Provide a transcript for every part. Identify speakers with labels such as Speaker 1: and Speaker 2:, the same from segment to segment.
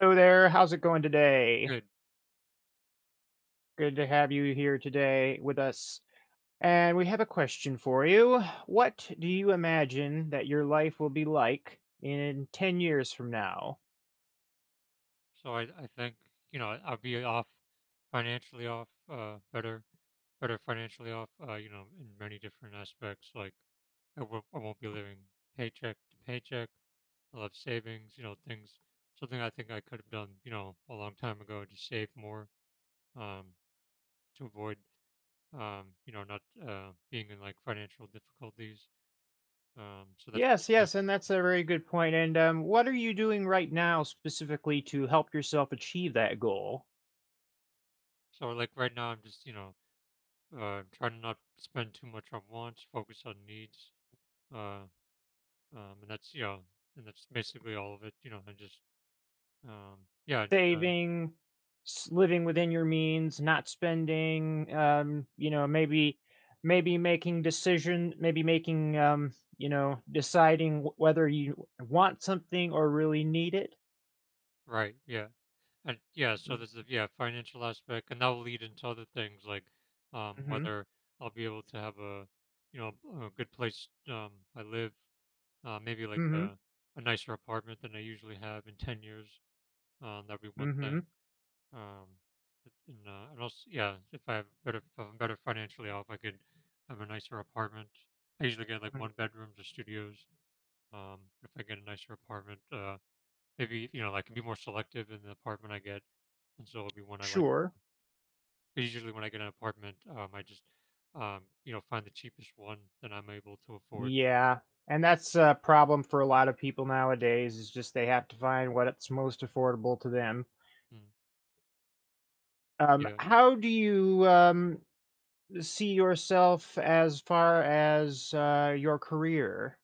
Speaker 1: Hello there. How's it going today?
Speaker 2: Good.
Speaker 1: Good to have you here today with us. And we have a question for you. What do you imagine that your life will be like in 10 years from now?
Speaker 2: So I think, you know, I'll be off financially off, better financially off, you know, in many different aspects. Like I won't be living paycheck to paycheck. I'll have savings, you know, things something I think I could have done, you know, a long time ago to save more, um, to avoid you know, not being in like financial difficulties. So that's one
Speaker 1: Yes,
Speaker 2: thing.
Speaker 1: yes, and that's a very good point. And what are you doing right now specifically to help yourself achieve that goal?
Speaker 2: So like right now I'm just, you know, trying to not spend too much on wants, focus on needs. Uh, and that's, you know, and that's basically all of it, you know, and just, yeah,
Speaker 1: Saving, s living within your means, not spending, maybe maybe making decision maybe making, deciding w whether you want something or really need it.
Speaker 2: right, yeah. And yeah, so
Speaker 1: Mm
Speaker 2: there's the, yeah, financial aspect, and that'll lead into other things like,
Speaker 1: mhm,
Speaker 2: whether I'll be able to have a, you know, a good place, I live, maybe like
Speaker 1: mhm,
Speaker 2: a nicer apartment than I usually have in 10 years. That'd be one thing.
Speaker 1: mhm,
Speaker 2: Um, and also, yeah, if I have better, if I'm better financially off, I could have a nicer apartment. I usually get like one
Speaker 1: mm,
Speaker 2: bedrooms or studios. If I get a nicer apartment, maybe, you know, I can be more selective in the apartment I get. And so it'll be one I like.
Speaker 1: sure,
Speaker 2: 'Cause usually when I get an apartment, I just, you know, find the cheapest one that I'm able to afford.
Speaker 1: yeah, and that's a problem for a lot of people nowadays, is just they have to find what's most affordable to them.
Speaker 2: Mm, yeah.
Speaker 1: How do you, see yourself as far as, your career,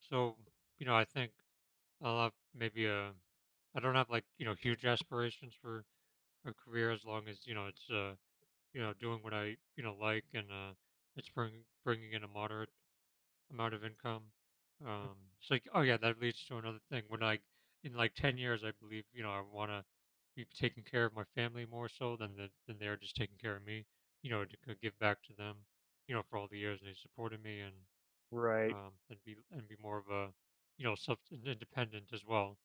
Speaker 2: So, you know, I think I'll have maybe I don't have like, you know, huge aspirations for a career as long as, you know, it's, you know, doing what I, you know, like and, it's bringing in a moderate amount of income. So like, oh yeah, that leads to another thing. When I, in like 10 years, I believe, you know, I want to be taking care of my family more so than than they're just taking care of me, you know, to give back to them, you know, for all the years they supported me and,
Speaker 1: right?
Speaker 2: um, and be, and be more of a, you know, self independent as well.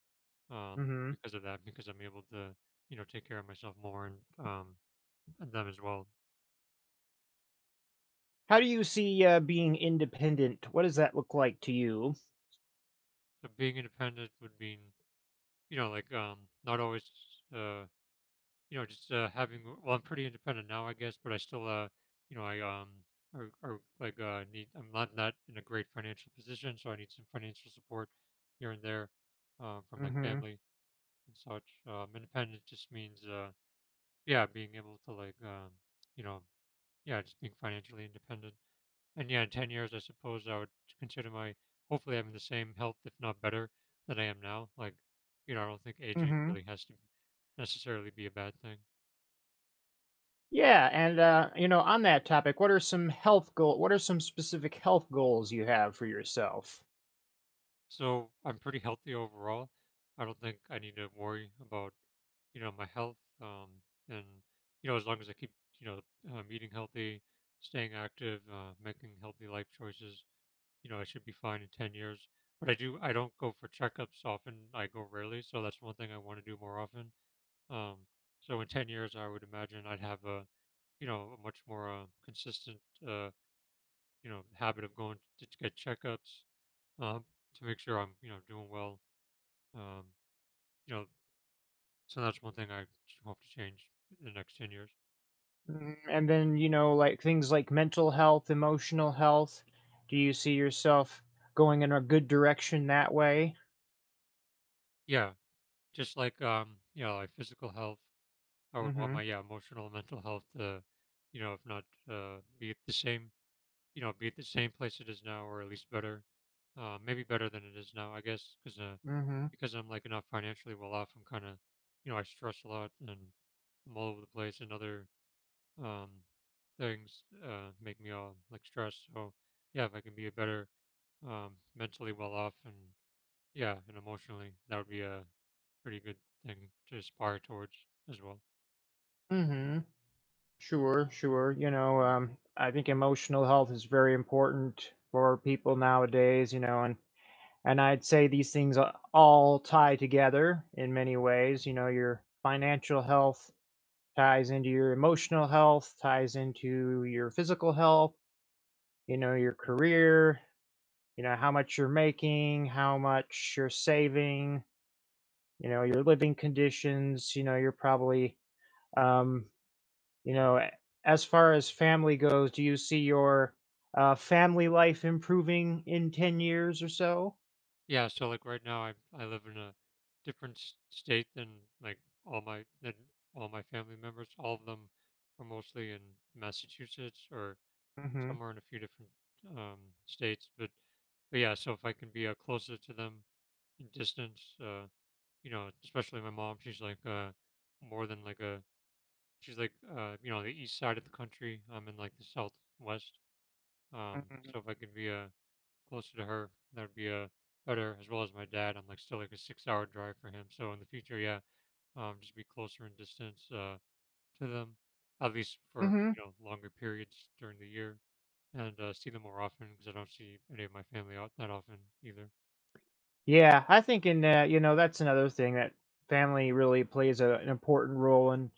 Speaker 2: Um,
Speaker 1: Mhm.
Speaker 2: because of that, because I'm able to, you know, take care of myself more and them as well.
Speaker 1: How do you see, being independent? What does that look like to you?
Speaker 2: So being independent would mean, you know, like, not always, uh, you know, just having well, I'm pretty independent now, I guess, but I still, you know, I are or like need I'm not in a great financial position, so I need some financial support here and there from like
Speaker 1: Mhm,
Speaker 2: family and such. Independent just means yeah, being able to like you know, yeah, just being financially independent. And yeah, in 10 years, I suppose I would consider my hopefully having the same health, if not better, than I am now. Like, you know, I don't think aging
Speaker 1: mhm.
Speaker 2: really has to necessarily be a bad thing.
Speaker 1: Yeah, and, on that topic, what are some specific health goals you have for yourself?
Speaker 2: So I'm pretty healthy overall. I don't think I need to worry about, you know, my health. And you know, as long as I keep, you know, eating healthy, staying active, making healthy life choices, you know, I should be fine in 10 years. But I don't go for checkups often. I go rarely, so that's one thing I want to do more often. Um, so in 10 years, I would imagine I'd have a, you know, a much more consistent, uh, you know, habit of going to get checkups, um, to make sure I'm, you know, doing well, um, you know, so that's one thing I hope to change in the next 10 years.
Speaker 1: Mm, and then, things like mental health, emotional health. Do you see yourself going in a good direction that way?
Speaker 2: Yeah, just like you know, like physical health, I would want my
Speaker 1: Mhm,
Speaker 2: yeah, emotional and mental health to, you know, if not be at the same, you know, be at the same place it is now, or at least better, maybe better than it is now, I guess, because uh,
Speaker 1: mhm.
Speaker 2: because I'm like not financially well off, I'm kind of, you know, I stress a lot and I'm all over the place, and other um things make me all like stressed. So yeah, if I can be a better, mentally well off, and yeah, and emotionally, that would be a pretty good thing to aspire towards as well.
Speaker 1: Mhm. Sure, sure. I think emotional health is very important for people nowadays, you know, and I'd say these things a- all tie together in many ways. You know, your financial health ties into your emotional health, ties into your physical health, you know, your
Speaker 2: Mm.
Speaker 1: career, you know, how much you're making, how much you're saving, you know, your living conditions, you know, you're probably um you know, as far as family goes, do you see your, family life improving in 10 years or so?
Speaker 2: Yeah, so like right now I live in a different state than like all my than all my family members. All of them are mostly in Massachusetts or
Speaker 1: Mhm.
Speaker 2: somewhere in a few different um states, but yeah, so if I can be closer to them in distance, you know, especially my mom, she's like more than like a she's like you know, the east side of the country. I'm in like the southwest. Um
Speaker 1: Mhm.
Speaker 2: so if I could be closer to her, that would be better, as well as my dad. I'm like still like a 6-hour drive for him. So in the future, yeah, just be closer in distance to them, at least for
Speaker 1: Mhm.
Speaker 2: you know, longer periods during the year, and see them more often because I don't see any of my family out that often either.
Speaker 1: Yeah, I think in that, you know, that's another thing that family really plays a an important role in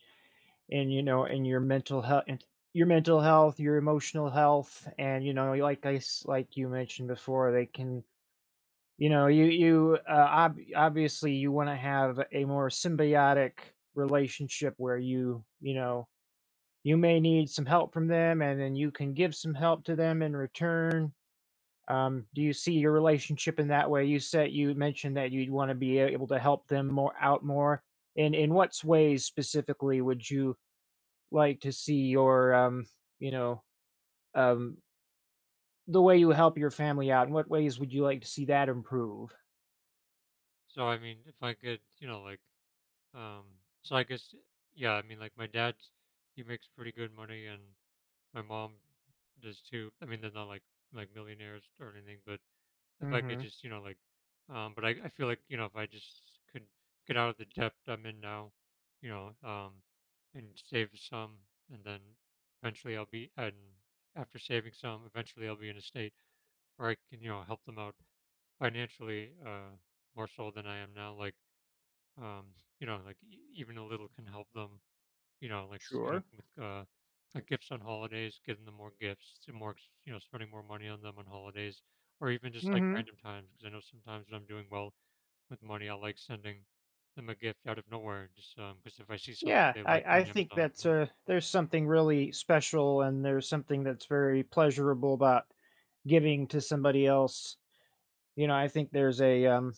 Speaker 1: you know, in your mental health, your emotional health, and, you know, like I s like you mentioned before, they can you know, you, ob obviously, you wanna have a more symbiotic relationship where you know you may need some help from them and then you can give some help to them in return. Do
Speaker 2: Mm.
Speaker 1: you see your relationship in that way? You said you mentioned that you'd want to be able to help them more out more. And in what ways specifically would you like to see your, you know, um, the way you help your family out? In what ways would you like to see that improve?
Speaker 2: So I mean, if I could, you know, like, Um, so I guess, yeah, I mean, like my dad, he makes pretty good money, and my mom does too. I mean, they're not like millionaires or anything, but if I could
Speaker 1: Hmm.
Speaker 2: just, you know, like, but I feel like, you know, if I just could get out of the debt I'm in now, you know, and save some, and then eventually I'll be, and after saving some, eventually I'll be in a state where I can, you know, help them out financially, more so than I am now. Like um you know, like even a little can help them, you know, like you know
Speaker 1: Sure.
Speaker 2: with like gifts on holidays, giving them more gifts and more you know, spending more money on them on holidays, or even just like
Speaker 1: Hmm.
Speaker 2: random times because I know sometimes when I'm doing well with money, I like sending them a gift out of nowhere just because if I see something
Speaker 1: Yeah,
Speaker 2: they like on
Speaker 1: I think
Speaker 2: Amazon.
Speaker 1: that's, there's something really special and there's something that's very pleasurable about giving to somebody else. You know, I think there's a, um,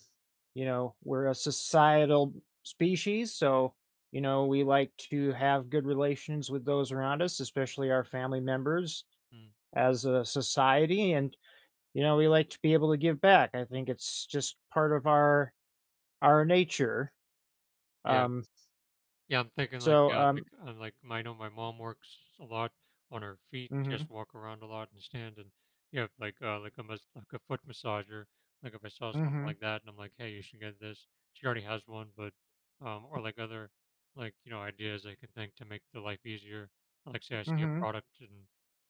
Speaker 1: you know, we're a societal species, so, you know, we like to have good relations with those around us, especially our family members
Speaker 2: Mm,
Speaker 1: as a society, and, you know, we like to be able to give back. I think it's just part of our nature.
Speaker 2: yeah.
Speaker 1: Um,
Speaker 2: Yeah, I'm thinking like,
Speaker 1: so,
Speaker 2: yeah, like I'm like I know my mom works a lot on her feet. She has
Speaker 1: mhm,
Speaker 2: to walk around a lot and stand, and yeah, like a like a foot massager. Like if I saw something
Speaker 1: mhm,
Speaker 2: like that and I'm like, hey, you should get this. She already has one, but or like other, like you know ideas I can think to make the life easier. Like say I see a
Speaker 1: mhm.
Speaker 2: product and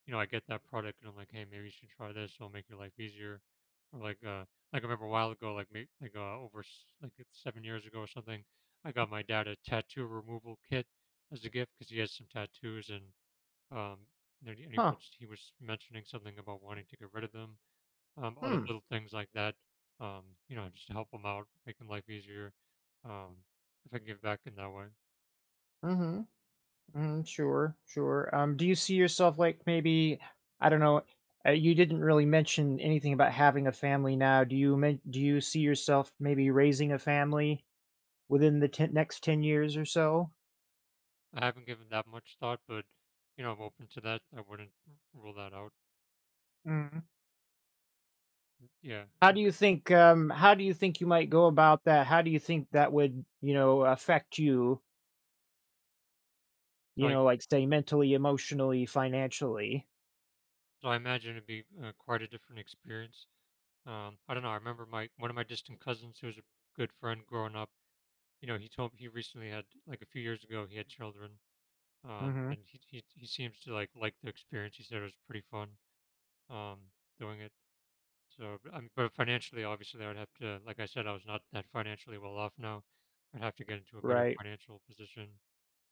Speaker 2: you know I get that product and I'm like, hey, maybe you should try this. It'll make your life easier. Or like I remember a while ago, like maybe like over like it's 7 years ago or something. I got my dad a tattoo removal kit as a gift because he has some tattoos, um, and he and he
Speaker 1: Huh.
Speaker 2: was he was mentioning something about wanting to get rid of them. Other
Speaker 1: Hmm.
Speaker 2: little things like that, you know, just to help him out, making life easier. Um, if I can give back in that way,
Speaker 1: Mhm. Mm, sure. Sure. Do you see yourself like maybe I don't know. You didn't really mention anything about having a family now. Do you see yourself maybe raising a family within the ten, next 10 years or so?
Speaker 2: I haven't given that much thought, but you know, I'm open to that. I wouldn't rule that out.
Speaker 1: Mm.
Speaker 2: Yeah.
Speaker 1: How do you think? How do you think you might go about that? How do you think that would you know affect you?
Speaker 2: So
Speaker 1: You
Speaker 2: I
Speaker 1: know, like say mentally, emotionally, financially.
Speaker 2: so I imagine it'd be quite a different experience. I don't know. I remember my one of my distant cousins who was a good friend growing up, you know, he recently had, like a few years ago he had children,
Speaker 1: Hmm.
Speaker 2: and he seems to like the experience. He said it was pretty fun, um, doing it. So, but, I mean, but financially, obviously, I would have to, like I said, I was not that financially well off now. I'd have to get into a better
Speaker 1: Right.
Speaker 2: financial position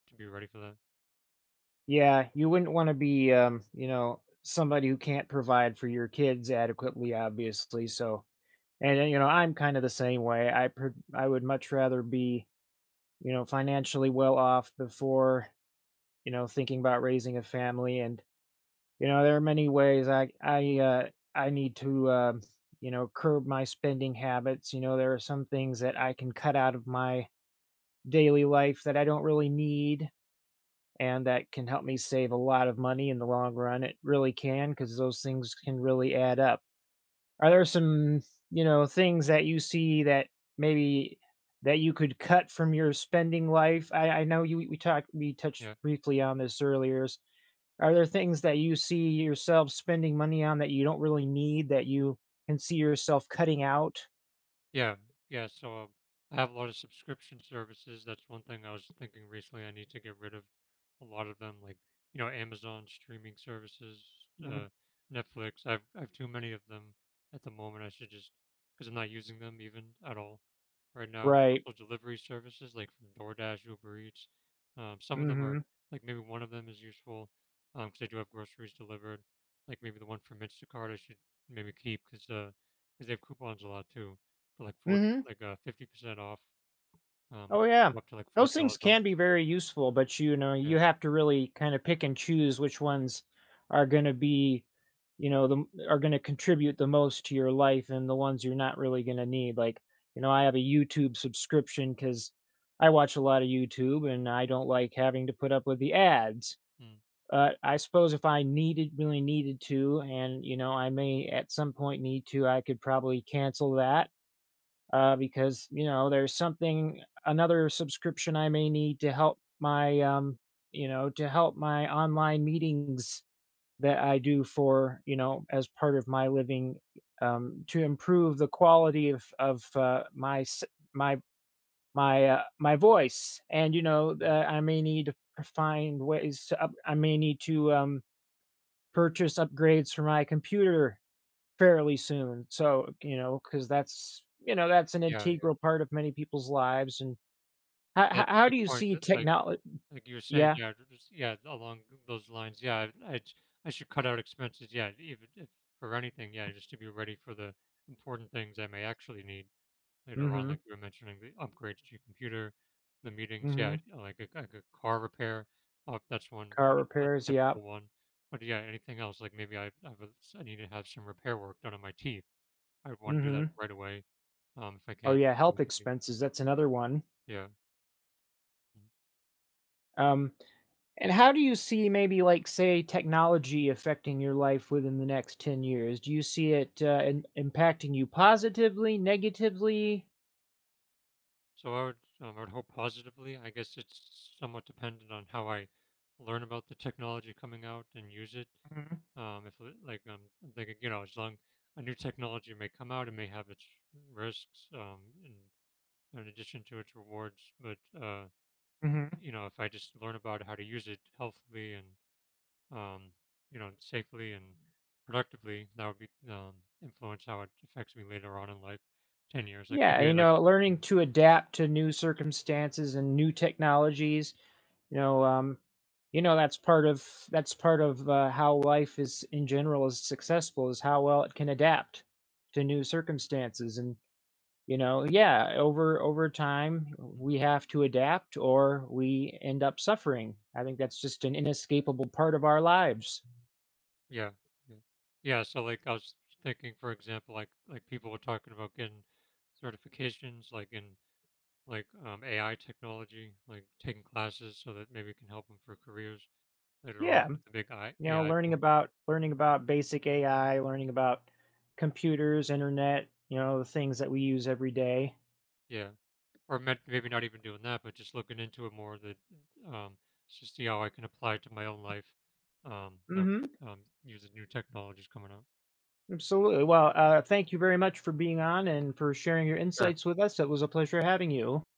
Speaker 2: to be ready for that.
Speaker 1: Yeah, you wouldn't wanna be, somebody who can't provide for your kids adequately, obviously, so and then, you know, I'm kinda the same way, I pr I would much rather be, you know, financially well off before, you know, thinking about raising a family, and, you know, there are many ways I need to, curb my spending habits, you know, there are some things that I can cut out of my daily life that I don't really need, and that can help me save a lot of money in the long run. It really can because those things can really add up. Are there some, you know, things that you see that maybe that you could cut from your spending life? I know you we talked we touched
Speaker 2: Yeah.
Speaker 1: briefly on this earlier. S- are there things that you see yourself spending money on that you don't really need that you can see yourself cutting out?
Speaker 2: Yeah, yeah. So I have a lot of subscription services. That's one thing I was thinking recently. I need to get rid of a lot of them, like you know, Amazon streaming services,
Speaker 1: Mm,
Speaker 2: uh, Netflix. I've too many of them at the moment. I should just because I'm not using them even at all right now. And
Speaker 1: right.
Speaker 2: also, delivery services like from DoorDash, Uber Eats. Some of them are,
Speaker 1: Hmm.
Speaker 2: like maybe one of them is useful because they do have groceries delivered. Like maybe the one from Instacart I should maybe keep, because 'cause they have coupons a lot too for like 40,
Speaker 1: Mhm.
Speaker 2: like, 50% off, which
Speaker 1: Oh, yeah.
Speaker 2: come up to, like,
Speaker 1: Those things
Speaker 2: $40 off.
Speaker 1: can be very useful, but, you know,
Speaker 2: Yeah.
Speaker 1: you have to really kinda pick and choose which ones are gonna be, you know, the are gonna contribute the most to your life and the ones you're not really gonna need. Like, you know, I have a YouTube subscription because I watch a lot of YouTube, and I don't like having to put up with the ads.
Speaker 2: Mm,
Speaker 1: I suppose if I needed really needed to, and, you know, I may at some point need to, I could probably cancel that. Because you know there's something another subscription I may need to help my you know to help my online meetings that I do for you know as part of my living to improve the quality of my s- my my my voice and you know
Speaker 2: mm.
Speaker 1: I may need to find ways to up, I may need to purchase upgrades for my computer fairly soon. So, you know, because that's an
Speaker 2: Yeah, yeah.
Speaker 1: integral part of many people's lives, and
Speaker 2: Yeah, it's a
Speaker 1: how
Speaker 2: good
Speaker 1: do you
Speaker 2: point
Speaker 1: see
Speaker 2: that, like
Speaker 1: technology?
Speaker 2: like you were saying,
Speaker 1: Yeah,
Speaker 2: yeah, just yeah, along those lines, yeah, I should cut out expenses, yeah, even if for anything, yeah, just to be ready for the important things I may actually need
Speaker 1: mm
Speaker 2: later on,
Speaker 1: mhm,
Speaker 2: like you were mentioning, the upgrades to your computer, the
Speaker 1: mm
Speaker 2: meetings, yeah,
Speaker 1: mhm,
Speaker 2: like a car repair, that's one, you
Speaker 1: car
Speaker 2: know, a
Speaker 1: repairs, yeah.
Speaker 2: typical one. But, yeah, anything else, like, maybe I need to have some repair work done on my teeth. I would
Speaker 1: Mm
Speaker 2: want to do that
Speaker 1: mhm.
Speaker 2: right away, if I
Speaker 1: Oh,
Speaker 2: can.
Speaker 1: yeah,
Speaker 2: So I
Speaker 1: health
Speaker 2: could be,
Speaker 1: expenses, that's another one.
Speaker 2: yeah. Mhm.
Speaker 1: Um, and how do you see maybe, like, say, technology affecting your life within the next 10 years? Do you see it, im impacting you positively, negatively?
Speaker 2: So I would hope positively. I guess it's somewhat dependent on how I learn about the technology coming out and use it.
Speaker 1: Mhm,
Speaker 2: If li- like I'm thinking, you know, as long a new technology may come out, it may have its risks, in addition to its rewards. But
Speaker 1: mhm.
Speaker 2: you know, if I just learn about how to use it healthily and um, you know, safely and productively, that would be, influence how it affects me later on in life, 10 years. Like
Speaker 1: Yeah,
Speaker 2: maybe I
Speaker 1: you
Speaker 2: like.
Speaker 1: know, learning
Speaker 2: Mm,
Speaker 1: to adapt to new circumstances and new technologies, you know, um, that's part of how life is in general is successful is how well it can adapt to new circumstances, and, you know yeah, over time,
Speaker 2: mm,
Speaker 1: we have to adapt or we end up suffering. I think that's just an inescapable part of our lives.
Speaker 2: yeah, yeah, yeah. So like I was thinking, for example, like people were talking about getting certifications, like in like AI technology, like taking classes so that maybe it can help them for careers later on
Speaker 1: Yeah.
Speaker 2: with the big
Speaker 1: You know,
Speaker 2: AI boom.
Speaker 1: learning about basic AI, learning about computers, internet, you know, the things that we use every day.
Speaker 2: Yeah. Or maybe not even doing that, but just looking into it more, that um, just see how I can apply it to my own life. That
Speaker 1: Mhm,
Speaker 2: would, using new technologies coming up.
Speaker 1: absolutely. Well, thank you very much for being on and for sharing your
Speaker 2: Sure.
Speaker 1: insights with us. It was a pleasure having you.